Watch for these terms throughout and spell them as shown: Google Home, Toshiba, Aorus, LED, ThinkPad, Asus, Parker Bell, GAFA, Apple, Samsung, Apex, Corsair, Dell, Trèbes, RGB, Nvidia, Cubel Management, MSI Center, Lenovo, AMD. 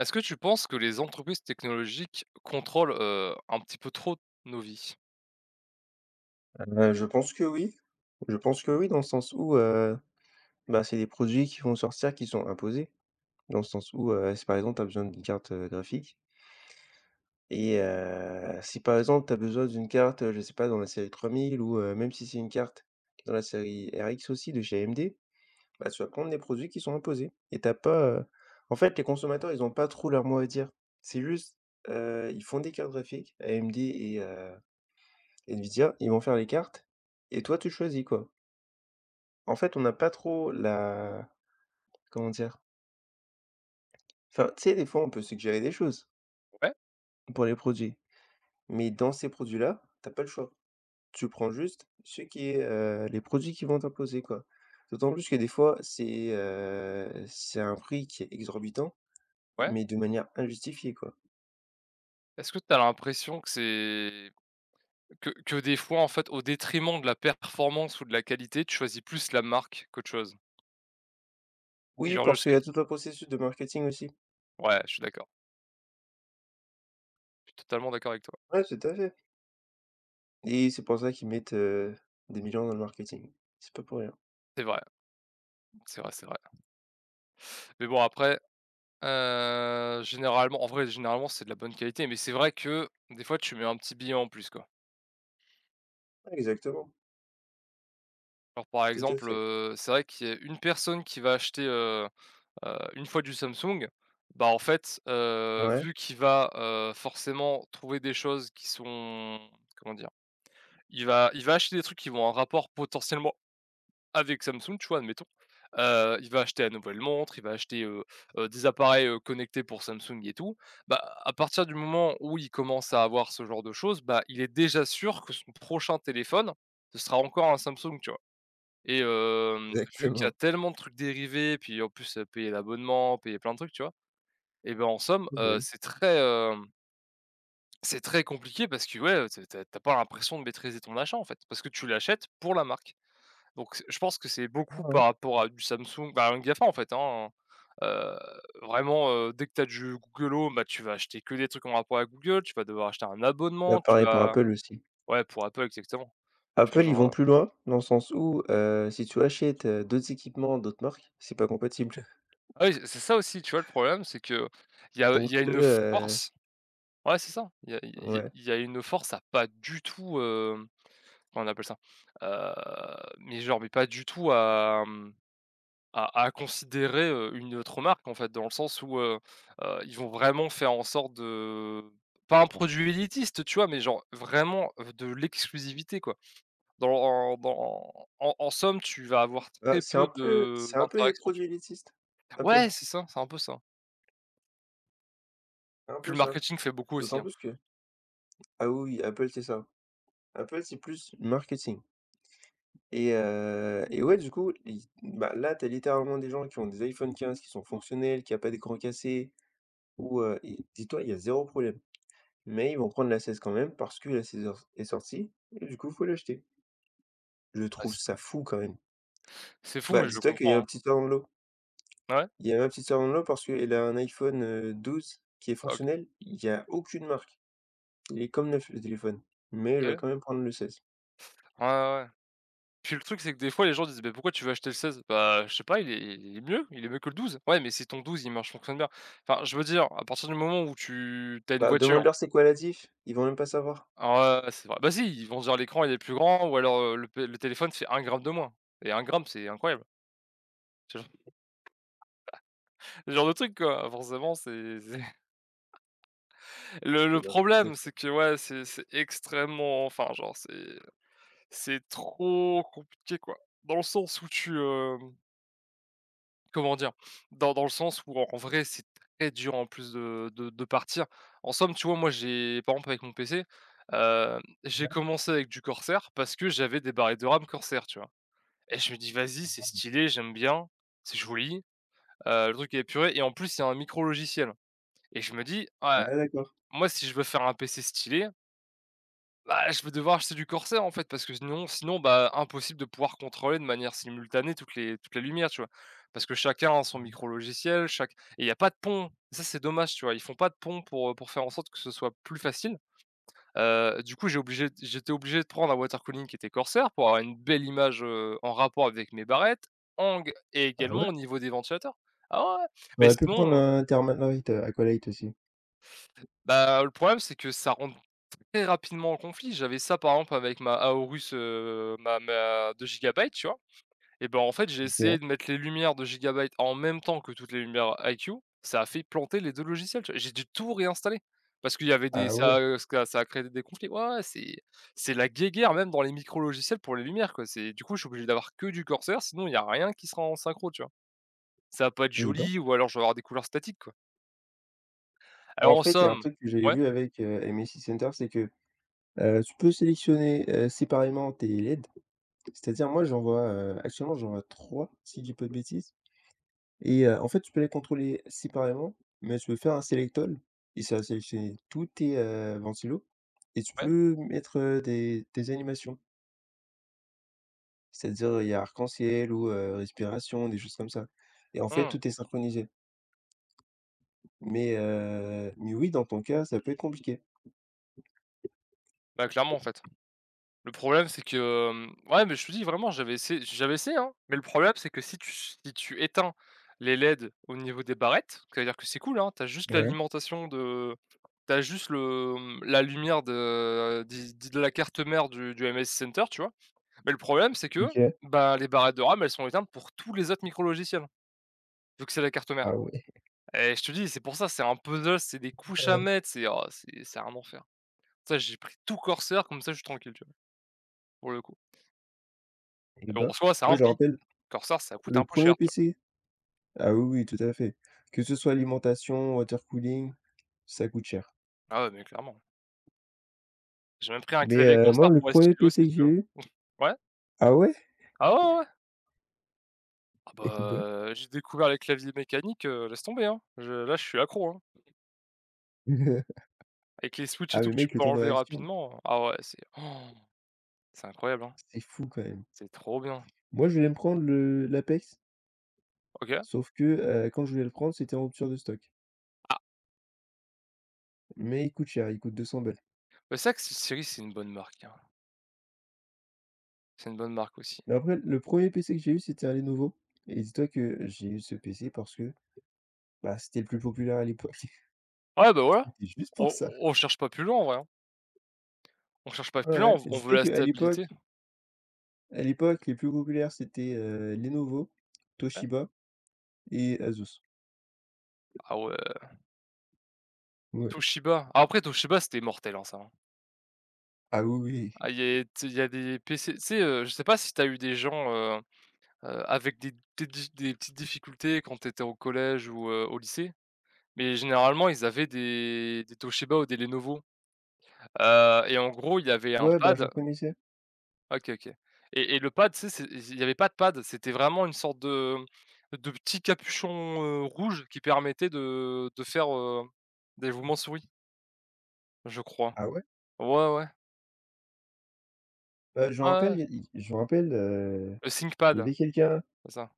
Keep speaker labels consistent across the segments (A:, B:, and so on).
A: Est-ce que tu penses que les entreprises technologiques contrôlent, un petit peu trop nos vies?
B: Je pense que oui. Je pense que oui, dans le sens où, bah, c'est des produits qui vont sortir qui sont imposés. Dans le sens où, si par exemple tu as besoin d'une graphique et si par exemple tu as besoin d'une carte, je sais pas dans la série 3000 ou même si c'est une carte dans la série RX aussi de chez AMD, bah, tu vas prendre des produits qui sont imposés et t'as pas, en fait les consommateurs ils ont pas trop leur mot à dire. C'est juste, ils font des cartes graphiques, AMD et Nvidia, ils vont faire les cartes et toi tu choisis quoi. En fait, on n'a pas trop la comment dire? Enfin, tu sais, des fois, on peut suggérer des choses
A: Ouais,
B: pour les produits, mais dans ces produits-là, t'as pas le choix. Tu prends juste ce qui est, les produits qui vont t'imposer, quoi. D'autant plus que des fois, c'est un prix qui est exorbitant,
A: ouais.
B: mais de manière injustifiée, quoi.
A: Est-ce que tu as l'impression que c'est que des fois, en fait, au détriment de la performance ou de la qualité, tu choisis plus la marque qu'autre chose? Et
B: Oui,
A: genre, je
B: parce qu'il
A: sais
B: y a
A: que
B: tout un processus de marketing aussi.
A: ouais, je suis d'accord. Je suis totalement d'accord avec toi.
B: Ouais, tout à fait et c'est pour ça qu'ils mettent, des millions dans le marketing. C'est pas pour rien.
A: C'est vrai, c'est vrai, c'est vrai. Mais bon après, généralement en vrai, généralement, c'est de la bonne qualité, mais c'est vrai que des fois, tu mets un petit billet en plus, quoi.
B: Exactement,
A: Alors par
B: tout à
A: exemple,
B: fait.
A: c'est vrai qu'il y a une personne qui va acheter, une fois du Samsung, bah, en fait,
B: Ouais,
A: vu qu'il va, forcément trouver des choses qui sont comment dire? Il va acheter des trucs qui vont en rapport potentiellement avec Samsung, tu vois? Admettons. Il va acheter la nouvelle montre, il va acheter, des appareils, connectés pour Samsung et tout. Bah, à partir du moment où il commence à avoir ce genre de choses, bah, il est déjà sûr que son prochain téléphone, ce sera encore un Samsung, tu vois? Et hem, vu qu'il y a
B: exactement.
A: tellement de trucs dérivés, puis en plus, payer l'abonnement, payer plein de trucs, tu vois? Et ben, en somme,
B: Oui, oui.
A: c'est très, hem, c'est très compliqué parce que, ouais, t'as as tu pas l'impression de maîtriser ton achat, en fait, parce que tu l'achètes pour la marque. Donc c je pense que c'est beaucoup
B: Ouais, ouais.
A: par rapport à du Samsung, bah, un GAFA, en fait, hein, heu, vraiment, dès que tu as du Google Home, bah, tu vas acheter que des trucs en rapport avec Google, tu vas devoir acheter un
B: Bah,
A: abonnement, tu
B: pareil pour
A: vas
B: Apple aussi.
A: ouais, pour Apple, exactement. Tu vois,
B: Apple, ils
A: genre,
B: vont plus loin, dans le sens où, si tu achètes, d'autres équipements, d'autres marques, c'est pas compatible.
A: ah oui, c'est ça aussi, tu vois, le problème, c'est que il y a il y
B: Donc
A: a
B: eux,
A: une
B: heu
A: force ouais, c'est ça, il y a y a
B: ouais.
A: y a une force à pas du tout. Comment on appelle ça? Mais genre, mais pas du tout à, mmh, à considérer, une autre marque en fait, dans le sens où, ils vont vraiment faire en sorte de pas un produit élitiste, tu vois? Mais genre vraiment, de l'exclusivité quoi. Dans en, dans en en somme, tu vas avoir
B: Bah,
A: très
B: c'est un
A: peu
B: peu
A: de
B: c'est un peu des
A: d'interactions, tu
B: produits
A: vois?
B: élitistes, Apple,
A: Ouais, c'est ça, c'est un peu ça.
B: c'est un
A: Puis
B: peu
A: le
B: ça.
A: marketing fait beaucoup aussi,
B: D'autant
A: hein.
B: plus que ah oui, oui, Apple, c'est ça. Apple, c'est plus marketing et ouais, du coup, ils bah, là, t'as littéralement des gens qui ont des iPhone 15 qui sont fonctionnels, qui a pas d'écran cassé ou et dis-toi, il y a zéro problème. Mais ils vont prendre la 16 quand même parce que la 16 est sortie et du coup, faut l'acheter. Je
A: Ah
B: trouve ça fou quand même.
A: c'est fou
B: Bah,
A: mais je le
B: dis-toi qu'il y a
A: comprends,
B: un
A: hein.
B: petit sœur dans l'eau.
A: Ouais?
B: Il y a un petit sœur dans l'eau parce qu'elle a un iPhone, 12 qui est
A: OK.
B: fonctionnel. Il y a aucune marque. Il est comme neuf le téléphone, mais elle va
A: OK.
B: quand même prendre le 16.
A: Ouais, ouais, ouais. Puis le truc, c'est que des fois, les gens disent: «Beh, pourquoi tu veux acheter le 16 bah, je sais pas, il est mieux que le douze.» Ouais, mais si ton 12 il marche fonctionne bien. Enfin, je veux dire, à partir du moment où tu as une
B: Bah,
A: voiture
B: demande-leur c'est quoi la diff? Ils vont même pas savoir.
A: ah ouais, c'est vrai. Bah si, ils vont se dire: «L'écran, il est plus grand» ou alors, le p le téléphone fait un gramme de moins et un gramme, c'est incroyable. Ce genre ce genre de truc, quoi, forcément, c'est le
B: C'est n'importe
A: problème,
B: quoi.
A: c'est que, ouais, c'est extrêmement enfin, genre, c'est trop compliqué, quoi. Dans le sens où tu, Comment dire? Dans le sens où, en vrai, c'est très dur en plus de partir. En somme, tu vois, moi, j'ai par exemple avec mon PC, j'ai commencé avec du Corsair parce que j'avais des barrettes de RAM Corsair, tu vois? Et je me dis: «Vas-y, c'est stylé, j'aime bien, c'est joli, le truc est épuré» et en plus, il y a un micro logiciel et je me dis: «Ouais,
B: Ah d'accord.
A: moi, si je veux faire un PC stylé.» Bah, je vais devoir acheter du corsaire, en fait, parce que sinon, bah, impossible de pouvoir contrôler de manière simultanée toutes les lumières, tu vois? Parce que chacun a son micro-logiciel, chaque et il y a pas de pont. Ça, c'est dommage, tu vois? Ils font pas de pont pour faire en sorte que ce soit plus facile. Du coup, j'étais obligé de prendre un water cooling qui était corsaire pour avoir une belle image, en rapport avec mes barrettes, angle et
B: Ah
A: également
B: ouais?
A: au niveau des ventilateurs. Ah ouais, ouais,
B: On
A: mais
B: aurait pu prendre
A: sinon,
B: un Thermalite, Aqualite aussi.
A: bah, le problème, c'est que ça rentre très rapidement en conflit. J'avais ça par exemple avec ma Aorus, ma 2 gigabytes, tu vois? Et ben, en fait, j'ai essayé
B: OK.
A: de mettre les lumières de gigabytes en même temps que toutes les lumières IQ. Ça a fait planter les 2 logiciels, tu vois? J'ai dû tout réinstaller parce qu'il y avait des
B: Ah
A: ça,
B: ouais,
A: ce ça a créé des conflits. Ouais, ouais, c'est la guéguerre même dans les micro-logiciels pour les lumières, quoi. C'est du coup, je suis obligé d'avoir que du Corsair, sinon il y a rien qui sera en synchro, tu vois? Ça va pas être
B: eh ben.
A: joli ou alors je vais avoir des couleurs statiques, quoi. Alors
B: En
A: en
B: fait, il y a un
A: somme
B: truc que j'avais
A: ouais,
B: vu avec, MSI Center, c'est que, tu peux sélectionner, séparément tes LED. C'est-à-dire moi j'envoie, actuellement j'envoie 3 si je dis pas de bêtises et en fait tu peux les contrôler séparément, mais tu peux faire un select all et ça va sélectionner tous tes, ventilos et tu
A: ouais,
B: peux mettre, des animations. C'est-à-dire il y a arc-en-ciel ou, respiration, des choses comme ça et en fait
A: mmh,
B: tout est synchronisé. Mais oui dans ton cas ça peut être compliqué.
A: bah, clairement, en fait. Le problème, c'est que, hem, ouais, mais je te dis vraiment, j'avais essayé, hein, mais le problème, c'est que si tu éteins les LED au niveau des barrettes, c'est-à-dire que c'est cool, hein, t'as juste
B: Ouais,
A: l'alimentation de t'as juste le, mmh, la lumière de la carte mère du MSI Center, tu vois? Mais le problème, c'est que,
B: OK.
A: bah, les barrettes de RAM, elles sont éteintes pour tous les autres micrologiciels, vu que c'est la carte mère
B: Ah ouais.
A: et je te dis, c'est pour ça, c'est un puzzle, c'est des couches à mettre, c'est oh, c'est un enfer. Ça, j'ai pris tout Corsair, comme ça, je suis tranquille, tu vois? Pour le coup. Et
B: Et
A: bon, en
B: bah,
A: soi, ça a
B: moi
A: un
B: je me
A: prix.
B: rappelle
A: Corsair ça coûte un
B: le
A: peu
B: premier
A: cher,
B: er
A: tu vois?
B: PC. Ah oui, oui, tout à fait. Que ce soit alimentation, water cooling, ça coûte cher.
A: Ah ouais, mais clairement. J'ai même pris un
B: Mais
A: clavier
B: moi,
A: Corsair
B: le
A: pour les
B: premier er
A: stylos aussi,
B: PC que
A: tu
B: j'ai
A: vois?
B: eu
A: Ouais.
B: ah ouais?
A: Ah ouais, ouais, ouais. Ah
B: Eh bah
A: bah, j'ai découvert les claviers mécaniques, laisse tomber, hein. Je là, je suis accro, hein. Avec les switches et
B: ah
A: tout
B: mais
A: que tu
B: mec, le
A: peux
B: temps de
A: enlever
B: réaction,
A: rapidement, ah ouais, c'est oh, c'est incroyable, hein.
B: c'est fou quand même.
A: C'est trop bien.
B: Moi, je voulais me prendre le l'Apex,
A: OK.
B: sauf que, quand je voulais le prendre, c'était en rupture de stock.
A: Ah,
B: Mais il coûte cher, il coûte 200 balles.
A: bah, c'est vrai que cette série c'est une bonne marque, hein. C'est une bonne marque aussi.
B: Mais après, le premier er PC que j'ai eu, c'était un Lenovo et dis-toi que j'ai eu ce PC parce que, bah, c'était le plus populaire à l'époque.
A: Ouais, bah, voilà.
B: C'était juste pour
A: On
B: ça.
A: on cherche pas plus loin, en vrai, hein. On cherche pas
B: Ouais,
A: plus loin,
B: ouais.
A: on veut
B: Dis-toi
A: la
B: qu'à l'époque
A: stabilité.
B: À l'époque, les plus populaires, c'était, Lenovo,
A: Ouais.
B: Toshiba et Asus.
A: Ah ouais,
B: Ouais.
A: Toshiba. Ah après Toshiba, c'était mortel, hein, ça, hein.
B: Ah oui,
A: Ah,
B: oui.
A: il est tu il y a des PC tu sais, je sais pas si tu as eu des gens, avec des petites difficultés quand tu étais au collège ou, au lycée, mais généralement, ils avaient des Toshiba ou des Lenovo, et en gros, il y avait un
B: Ouais, bah,
A: pad
B: j'en connaissais.
A: OK, OK et le pad, tu sais, c'est il y avait pas de pad, c'était vraiment une sorte de petit capuchon, rouge qui permettait de faire, des mouvements souris, je crois.
B: Ah ouais?
A: Ouais, ouais.
B: Bah, je me
A: Ouais, ouais.
B: rappelle,
A: Ouais,
B: il y a- il je me rappelle,
A: le
B: il y
A: ThinkPad,
B: avait quelqu'un
A: c'est ça.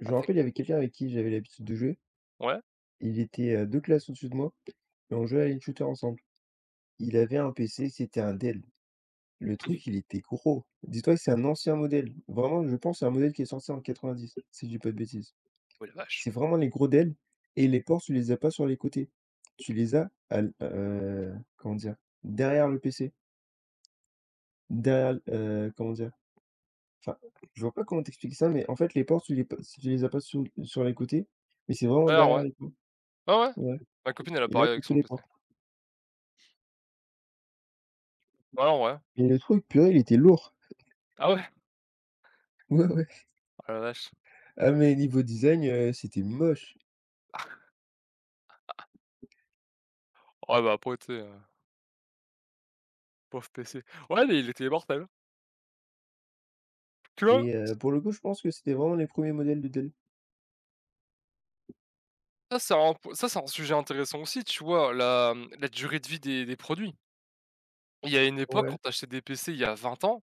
B: je
A: Un
B: me
A: Think
B: rappelle, il y avait quelqu'un avec qui j'avais l'habitude de jouer.
A: ouais.
B: Il était, 2 classes au-dessus de moi et on jouait à shooter ensemble. Il avait un PC, c'était un Dell. Le truc, il était gros. Dis-toi que c'est un ancien modèle. Vraiment, je pense, que c'est un modèle qui est sorti en 90, si je dis pas de bêtises.
A: Oh la vache!
B: C'est vraiment les gros d'ailes et les ports, tu les as pas sur les côtés. Tu les as à l comment dire? Derrière le PC, derrière l comment dire? Enfin, je vois pas comment t'expliquer ça, mais en fait, les ports, tu les as pas sur les côtés, mais c'est vraiment
A: Alors, ouais,
B: derrière les ports.
A: ouais,
B: Ouais
A: ma copine elle a
B: et là,
A: pareil
B: tu
A: avec
B: tous
A: son
B: les
A: PC.
B: ports
A: Ouais, en vrai.
B: et le truc, purée, il était lourd.
A: Ah ouais?
B: Ouais, ouais.
A: Ah la vache.
B: Ah mais niveau design, c'était moche,
A: Ouais, bah, après, tu sais, pauvre PC. Ouais, mais il était mortel. Tu vois?
B: mais pour le coup, je pense que c'était vraiment les premiers modèles de Dell.
A: Ça, c'est un p ça, c'est un sujet intéressant aussi, tu vois? La, mmh, la durée de vie des produits. Il y a une époque,
B: Ouais.
A: quand t'achetais achetais des PC il y a 20 ans,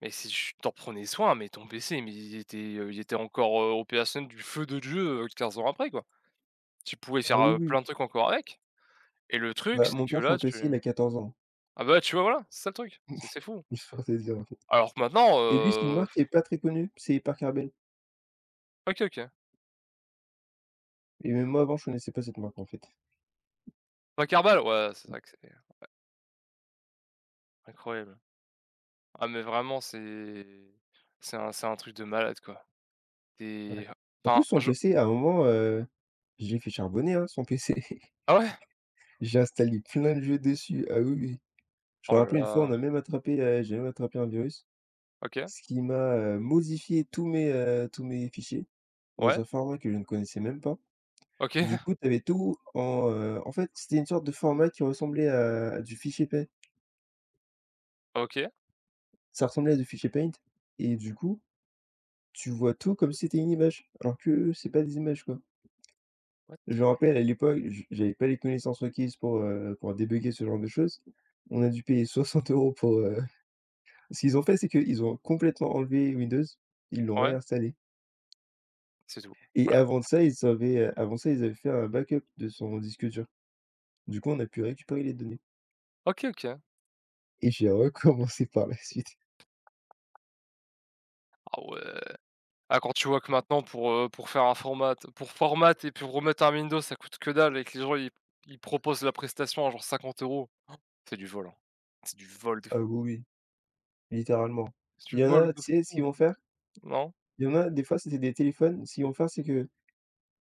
A: mais si tu t'en prenais soin, mais ton PC, mais il était encore, opérationnel du feu de Dieu, 15 ans après, quoi. Tu pouvais
B: Ah
A: faire,
B: oui, oui.
A: plein de trucs encore avec et le truc,
B: Bah,
A: c'est
B: mon
A: que
B: père,
A: là,
B: son
A: tu
B: PC, il a 14 ans,
A: ah bah, tu vois, voilà, c'est ça le truc, c'est fou.
B: juste te dire.
A: Alors que maintenant,
B: Et lui, c'est une marque qui est pas très connue, c'est Parker Bell
A: OK, OK.
B: et même moi avant je connaissais pas cette marque en fait.
A: 50 balles? Ouais, c'est
B: Mmh.
A: vrai que c'est incroyable. Ah mais vraiment c'est un truc de malade quoi.
B: Ouais.
A: C'est
B: En plus
A: enfin
B: son
A: je
B: PC à un moment, je l'ai fait charbonner, hein, son PC.
A: ah ouais?
B: J'ai installé plein de jeux dessus, ah oui, oui. Je
A: Oh
B: me
A: là
B: rappelle une fois on
A: là.
B: a même attrapé, j'ai même attrapé un virus,
A: OK.
B: ce qui m'a, modifié tous mes fichiers dans
A: Ouais.
B: un format que je ne connaissais même pas.
A: OK.
B: Du coup, tu avais tout en, en fait, c'était une sorte de format qui ressemblait à du fichier paint.
A: OK.
B: Ça ressemblait à du fichier paint et du coup, tu vois tout comme si c'était une image, alors que c'est pas des images, quoi.
A: What?
B: Je me rappelle à l'époque, j'avais pas les connaissances requises pour débugger ce genre de choses. On a dû payer 60 € pour, ce qu'ils ont fait, c'est qu'ils ont complètement enlevé Windows, ils l'ont
A: Ouais,
B: réinstallé
A: c'est tout.
B: et
A: Voilà.
B: avant ça, ils avaient fait un backup de son disque dur. Du coup, on a pu récupérer les données.
A: OK, OK. Ah
B: Et j'ai recommencé par la suite.
A: ouais. Ah quand tu vois que maintenant pour faire un format et puis remettre un Windows ça coûte que dalle et que les gens ils proposent la prestation à genre 50 euros. C'est du vol, hein. C'est du vol de
B: Ah
A: fou.
B: oui, oui, littéralement.
A: C'est du
B: Il y en
A: vol
B: a,
A: de
B: tu sais ce
A: fou,
B: qu'ils vont faire?
A: non?
B: Il y en a, des fois, c'était des téléphones. Ce qu'ils vont faire, c'est que,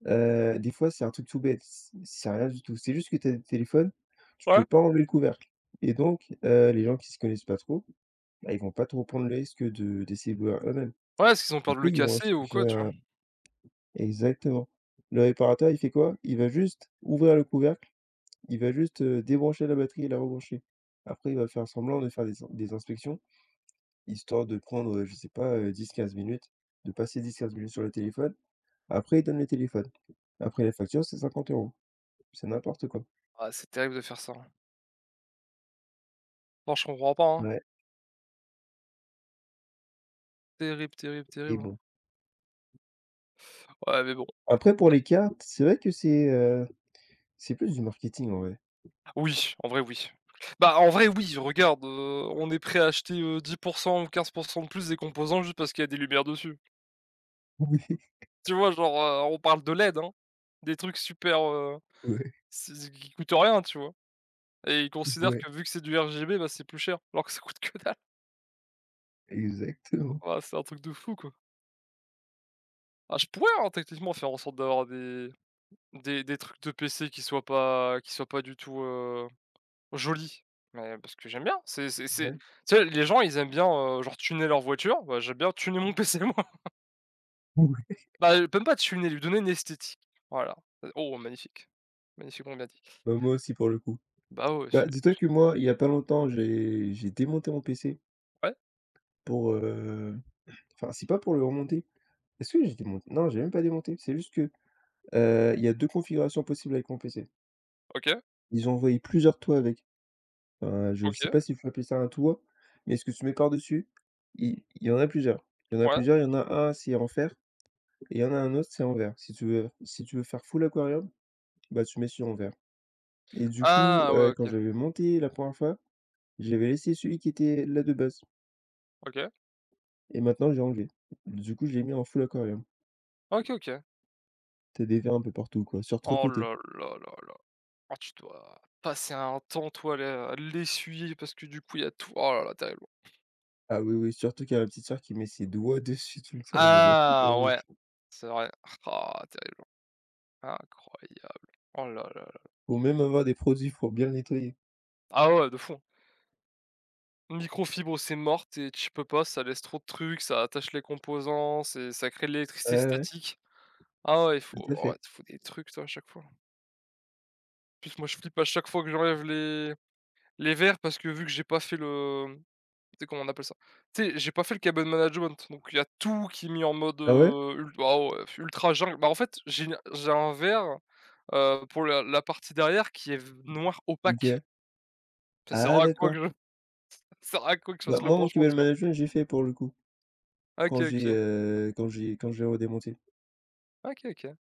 B: des fois, c'est un truc tout bête, c'est rien du tout. C'est juste que tu as des téléphones, tu
A: Ouais?
B: peux pas enlever le couvercle et donc les gens qui se connaissent pas trop bah, ils vont pas trop prendre le risque de d'essayer de voir eux-mêmes.
A: Ouais, parce qu'ils ont
B: Du
A: peur de le
B: coup, ils vont
A: casser ou
B: chercher
A: quoi, tu vois?
B: un exactement. Le réparateur, il fait quoi? Il va juste ouvrir le couvercle, il va juste, débrancher la batterie et la rebrancher. Après, il va faire semblant de faire des inspections, histoire de prendre, je sais pas, 10-15 minutes, de passer 10-15 minutes sur le téléphone. Après, il donne le téléphone. Après la facture, c'est 50 €. C'est n'importe quoi.
A: Ah c'est terrible de faire ça, hein. Non, je comprends pas, hein.
B: Ouais,
A: Terrible, terrible,
B: et
A: terrible.
B: bon.
A: Ouais, mais bon.
B: Après pour les cartes, c'est vrai que c'est plus du marketing en vrai.
A: Oui, en vrai, oui. Bah, en vrai, oui, regarde, on est prêt à acheter, 10 ou 15 de plus des composants juste parce qu'il y a des lumières dessus. Tu vois? Genre, on parle de LED, hein. Des trucs super,
B: Oui,
A: c'est qui coûtent rien, tu vois? Et ils considèrent
B: ouais, ouais,
A: que vu que c'est du RGB, bah, c'est plus cher, alors que ça coûte que dalle.
B: exactement.
A: Ouah, c'est un truc de fou, quoi. Ah, je pourrais, hein, techniquement faire en sorte d'avoir des trucs de PC qui soient pas du tout, joli, mais parce que j'aime bien. C'est
B: Ouais.
A: tu sais, les gens, ils aiment bien, genre tuner leur voiture, bah, j'aime bien tuner mon PC, moi.
B: Oui.
A: Bah, même pas tuner, lui donner une esthétique, voilà. Oh, magnifique, magnifiquement bien dit.
B: Bah, moi aussi pour le coup.
A: Bah, ouais, c'est
B: Bah, dis-toi que moi, il y a pas longtemps, j'ai démonté mon PC
A: ouais,
B: pour, enfin, c'est pas pour le remonter. Est-ce que j'ai démonté? Non, j'ai même pas démonté. C'est juste que, il y a 2 configurations possibles avec mon PC.
A: OK,
B: Ils ont envoyé plusieurs toits avec. Enfin, je sais
A: OK,
B: pas s'il faut appeler ça un toit, mais ce que tu mets par-dessus, il y en a plusieurs. Il y en a
A: ouais.
B: plusieurs, il y en a un, c'est en fer et il y en a un autre, c'est en verre. Si tu veux faire full aquarium, bah, tu mets sur en verre et du coup,
A: Ah ouais,
B: quand
A: OK,
B: j'avais monté la première fois, j'avais laissé celui qui était là de base
A: OK,
B: et maintenant j'ai enlevé. Du coup, je l'ai mis en full aquarium.
A: OK, OK.
B: T'as des vers un peu partout, quoi, sur 3
A: Oh
B: côtés.
A: là là là là. Oh, tu dois passer un temps, toi, à le à l'essuyer parce que du coup, il y a tout. Oh là là, terrible.
B: Ah oui, oui, surtout qu'il y a ma petite sœur qui met ses doigts dessus tout le temps. Non, mais c'est
A: Ah
B: horrible.
A: ouais, c'est vrai. Ah terrible, incroyable. Oh là là là.
B: Faut même avoir des produits pour bien le nettoyer.
A: Ah ouais, de fond microfibre, c'est mort, et tu peux pas, ça laisse trop de trucs, ça attache les composants, c'est ça crée de
B: Ouais,
A: l'électricité
B: ouais,
A: statique. Ah ouais, il
B: tout
A: faut
B: à
A: oh,
B: fait.
A: il faut des trucs toi à chaque fois. En plus moi je flippe à chaque fois que j'enlève les verres parce que vu que j'ai pas fait le tu sais comment on appelle ça? Tu sais, j'ai pas fait le cabin management, donc il y a tout qui est mis en mode,
B: Ah ouais?
A: ul ah ouais, ultra jungle. Bah en fait, j'ai un verre, pour la partie derrière qui est v noir opaque.
B: OK.
A: Ça sert
B: Ah
A: à quoi que
B: d'accord.
A: je ça sert à quoi que je
B: Bah,
A: fasse le
B: moi, mon
A: branchement,
B: Cubel
A: tu vois?
B: Management, j'ai fait pour le coup,
A: OK, OK.
B: quand je l'ai redémonté.
A: OK, OK.